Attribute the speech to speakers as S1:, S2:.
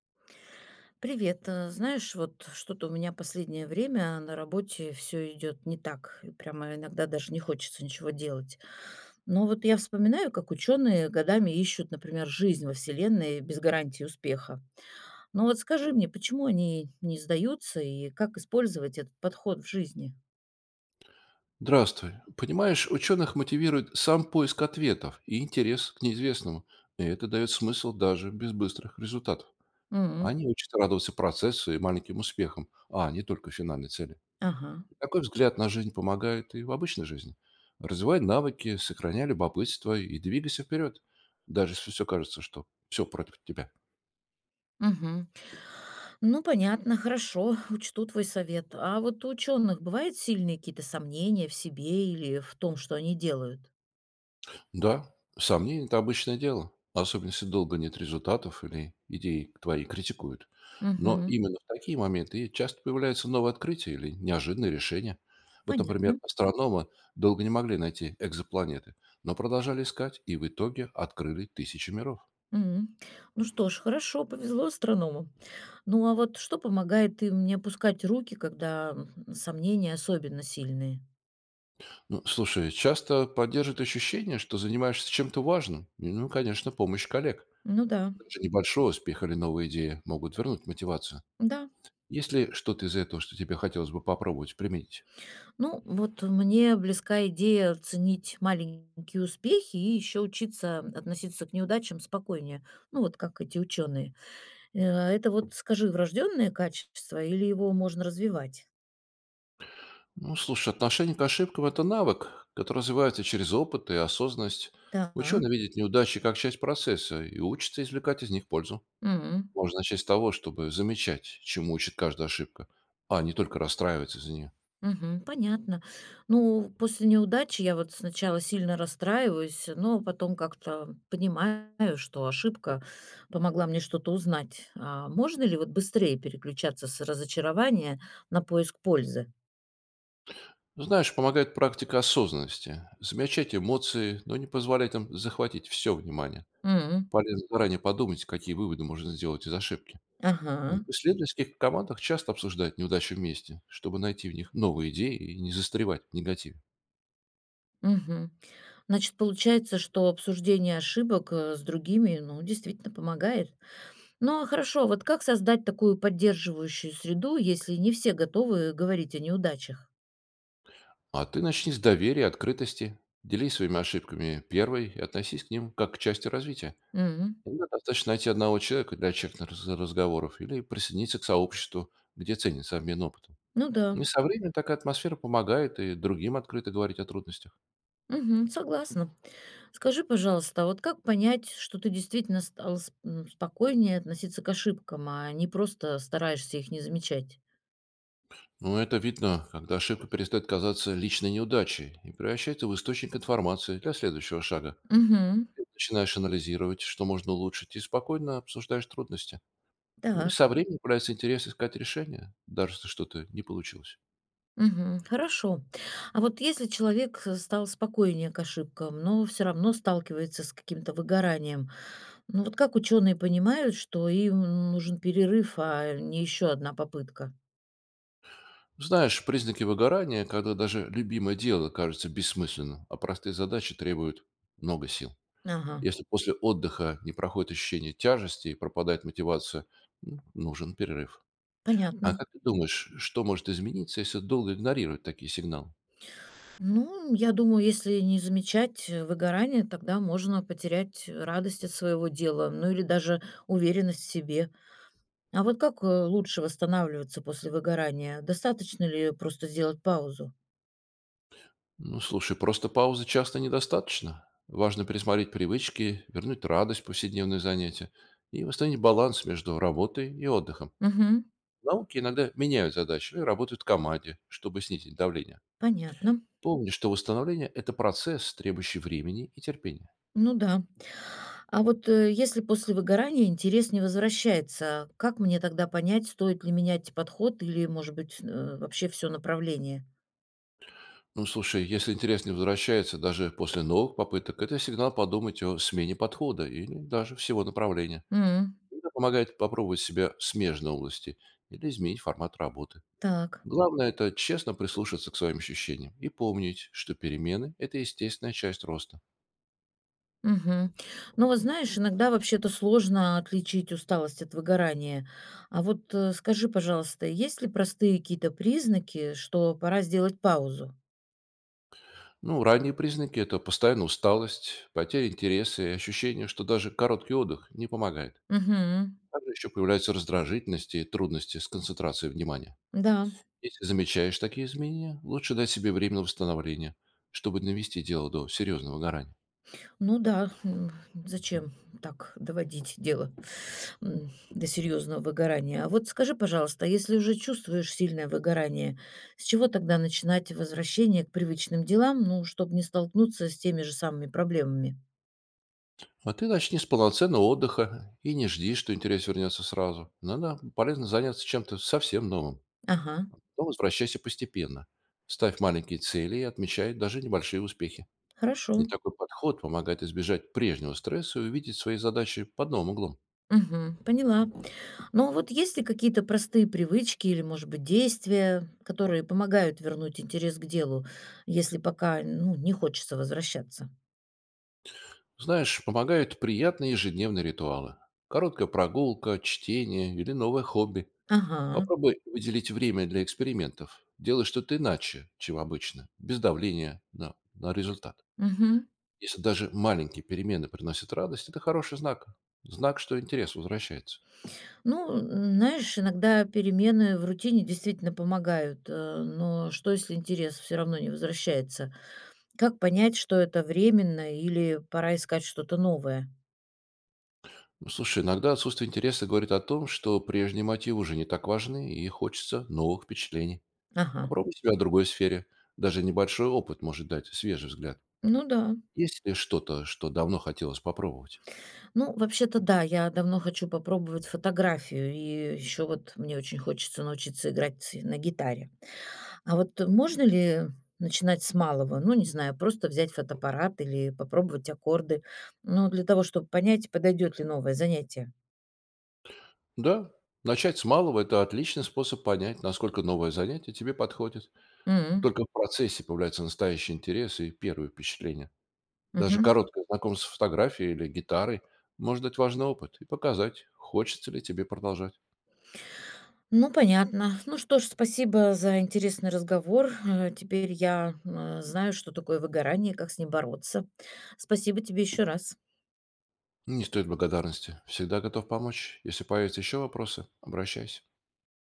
S1: Привет. Знаешь, вот что-то у меня последнее время на работе все идет не так. Прямо иногда даже не хочется ничего делать. Но вот я вспоминаю, как ученые годами ищут, например, жизнь во Вселенной без гарантии успеха. Но вот скажи мне, почему они не сдаются и как использовать этот подход в жизни?
S2: Здравствуй. Понимаешь, ученых мотивирует сам поиск ответов и интерес к неизвестному. И это дает смысл даже без быстрых результатов.
S1: М,
S2: Они учатся радоваться процессу и маленьким успехам, а не только финальной цели.
S1: Ага.
S2: Такой взгляд на жизнь помогает и в обычной жизни. Развивай навыки, сохраняй любопытство и двигайся вперед, даже если все кажется, что все против тебя.
S1: Мгм. Ну, понятно, хорошо, учту твой совет. А вот у ученых бывают сильные какие-то сомнения в себе или в том, что они делают?
S2: Да, сомнения– это обычное дело, особенно если долго нет результатов или идеи твои критикуют. Но
S1: Мгм.
S2: именно в такие моменты и часто появляются новые открытия или неожиданные решения. Вот, например,
S1: Понятно.
S2: астрономы долго не могли найти экзопланеты, но продолжали искать и в итоге открыли тысячи миров.
S1: М. Ну что ж, хорошо, повезло астроному. Ну а вот что помогает им не опускать руки, когда сомнения особенно сильные?
S2: Ну, слушай, часто поддерживает ощущение, что занимаешься чем-то важным. И, ну, конечно, помощь коллег.
S1: Ну да,
S2: Даже небольшой успех или новые идеи могут вернуть мотивацию.
S1: да.
S2: Есть ли что-то из этого, что тебе хотелось бы попробовать применить?
S1: Ну вот мне близка идея ценить маленькие успехи и еще учиться относиться к неудачам спокойнее. Ну вот как эти ученые. Э, Это вот, скажи, врожденное качество или его можно развивать?
S2: Ну, слушай, отношение к ошибкам– это навык, который развивается через опыт и осознанность. Ученый
S1: Так.
S2: видит неудачи как часть процесса и учится извлекать из них пользу.
S1: М.
S2: Можно начать с того, чтобы замечать, чему учит каждая ошибка, а не только расстраиваться за нее.
S1: Мгм. Понятно. Ну, после неудачи я вот сначала сильно расстраиваюсь, но потом как-то понимаю, что ошибка помогла мне что-то узнать. А можно ли вот быстрее переключаться с разочарования на поиск пользы?
S2: Знаешь, помогает практика осознанности. Замечать эмоции, но не позволять им захватить все внимание.
S1: М,
S2: Полезно заранее подумать, какие выводы можно сделать из ошибки. Вот
S1: Ага.
S2: в исследовательских командах часто обсуждают неудачи вместе, чтобы найти в них новые идеи и не застревать в негативе.
S1: Мгм. Значит, получается, что обсуждение ошибок с другими, ну, действительно помогает. Ну, а хорошо, вот как создать такую поддерживающую среду, если не все готовы говорить о неудачах?
S2: А ты начни с доверия и открытости. Делись своими ошибками первой и относись к ним как к части развития.
S1: Мгм.
S2: Иногда достаточно найти одного человека для честных разговоров или присоединиться к сообществу, где ценится обмен опытом.
S1: Ну да.
S2: Ну и со временем такая атмосфера помогает и другим открыто говорить о трудностях.
S1: Мгм. Согласна. Скажи, пожалуйста, а вот как понять, что ты действительно стал спокойнее относиться к ошибкам, а не просто стараешься их не замечать?
S2: Но это видно, когда ошибка перестает казаться личной неудачей и превращается в источник информации для следующего шага.
S1: Угу.
S2: Ты начинаешь анализировать, что можно улучшить, и спокойно обсуждаешь трудности. Ну, и
S1: Так.
S2: со временем появляется интерес искать решения, даже если что-то не получилось.
S1: Мгм. Хорошо. А вот если человек стал спокойнее к ошибкам, но все равно сталкивается с каким-то выгоранием, ну вот как ученые понимают, что им нужен перерыв, а не еще одна попытка?
S2: Знаешь, признаки выгорания, когда даже любимое дело кажется бессмысленным, а простые задачи требуют много сил.
S1: Ага,
S2: Если после отдыха не проходит ощущение тяжести и пропадает мотивация, ну, нужен перерыв.
S1: понятно.
S2: А как ты думаешь, что может измениться, если долго игнорировать такие сигналы?
S1: Ну, я думаю, если не замечать выгорание, тогда можно потерять радость от своего дела, ну или даже уверенность в себе. А вот как лучше восстанавливаться после выгорания? Достаточно ли просто сделать паузу?
S2: Ну, слушай, просто паузы часто недостаточно. Важно пересмотреть привычки, вернуть радость в повседневные занятия и восстановить баланс между работой и отдыхом.
S1: Угу,
S2: Науки иногда меняют задачи и работают в команде, чтобы снизить давление.
S1: понятно.
S2: Помни, что восстановление– это процесс, требующий времени и терпения.
S1: Ну да. А вот если после выгорания интерес не возвращается, как мне тогда понять, стоит ли менять подход или, может быть, вообще все направление?
S2: Ну, слушай, если интерес не возвращается даже после новых попыток, это сигнал подумать о смене подхода или даже всего направления.
S1: М,
S2: Это помогает попробовать себя в смежной области или изменить формат работы.
S1: Так.
S2: Главное– это честно прислушаться к своим ощущениям и помнить, что перемены– это естественная часть роста.
S1: Мгм. Ну, вот знаешь, иногда вообще-то сложно отличить усталость от выгорания. А вот скажи, пожалуйста, есть ли простые какие-то признаки, что пора сделать паузу?
S2: Ну, ранние признаки– это постоянная усталость, потеря интереса и ощущение, что даже короткий отдых не помогает.
S1: Мгм.
S2: Также еще появляются раздражительности и трудности с концентрацией внимания.
S1: Да,
S2: Если замечаешь такие изменения, лучше дать себе время на восстановление, чтобы не довести дело до серьезного горания.
S1: ну да, зачем так доводить дело до серьезного выгорания? А вот скажи, пожалуйста, а если уже чувствуешь сильное выгорание, с чего тогда начинать возвращение к привычным делам, ну, чтобы не столкнуться с теми же самыми проблемами?
S2: А ты начни с полноценного отдыха и не жди, что интерес вернется сразу. Надо полезно заняться чем-то совсем новым.
S1: Ага,
S2: Но возвращайся постепенно. Ставь маленькие цели и отмечай даже небольшие успехи.
S1: хорошо.
S2: И такой подход помогает избежать прежнего стресса и увидеть свои задачи под новым углом.
S1: Мгм. Поняла. Но вот есть ли какие-то простые привычки или, может быть, действия, которые помогают вернуть интерес к делу, если пока, ну, не хочется возвращаться?
S2: Знаешь, помогают приятные ежедневные ритуалы. Короткая прогулка, чтение или новое хобби.
S1: Ага.
S2: Попробуй выделить время для экспериментов. Делай что-то иначе, чем обычно, без давления на результат.
S1: Мгм.
S2: Если даже маленькие перемены приносят радость, это хороший знак. Знак, что интерес возвращается.
S1: Ну, знаешь, иногда перемены в рутине действительно помогают, но что, если интерес все равно не возвращается? Как понять, что это временно или пора искать что-то новое?
S2: Ну, слушай, иногда отсутствие интереса говорит о том, что прежние мотивы уже не так важны и хочется новых впечатлений.
S1: Ага.
S2: Попробуй себя в другой сфере. Даже небольшой опыт может дать свежий взгляд.
S1: Ну да.
S2: Есть ли что-то, что давно хотелось попробовать?
S1: Ну, вообще-то, да, я давно хочу попробовать фотографию, и еще вот мне очень хочется научиться играть на гитаре. А вот можно ли начинать с малого? Ну, не знаю, просто взять фотоаппарат или попробовать аккорды, ну, для того, чтобы понять, подойдет ли новое занятие.
S2: Да, начать с малого– это отличный способ понять, насколько новое занятие тебе подходит.
S1: М,
S2: Только в процессе появляется настоящий интерес и первые впечатления. Даже
S1: мгм.
S2: короткое знакомство с фотографией или гитарой может дать важный опыт и показать, хочется ли тебе продолжать.
S1: Ну, понятно. Ну что ж, спасибо за интересный разговор. Теперь я знаю, что такое выгорание и как с ним бороться. Спасибо тебе еще раз.
S2: Не стоит благодарности. Всегда готов помочь. Если появятся еще вопросы, обращайся.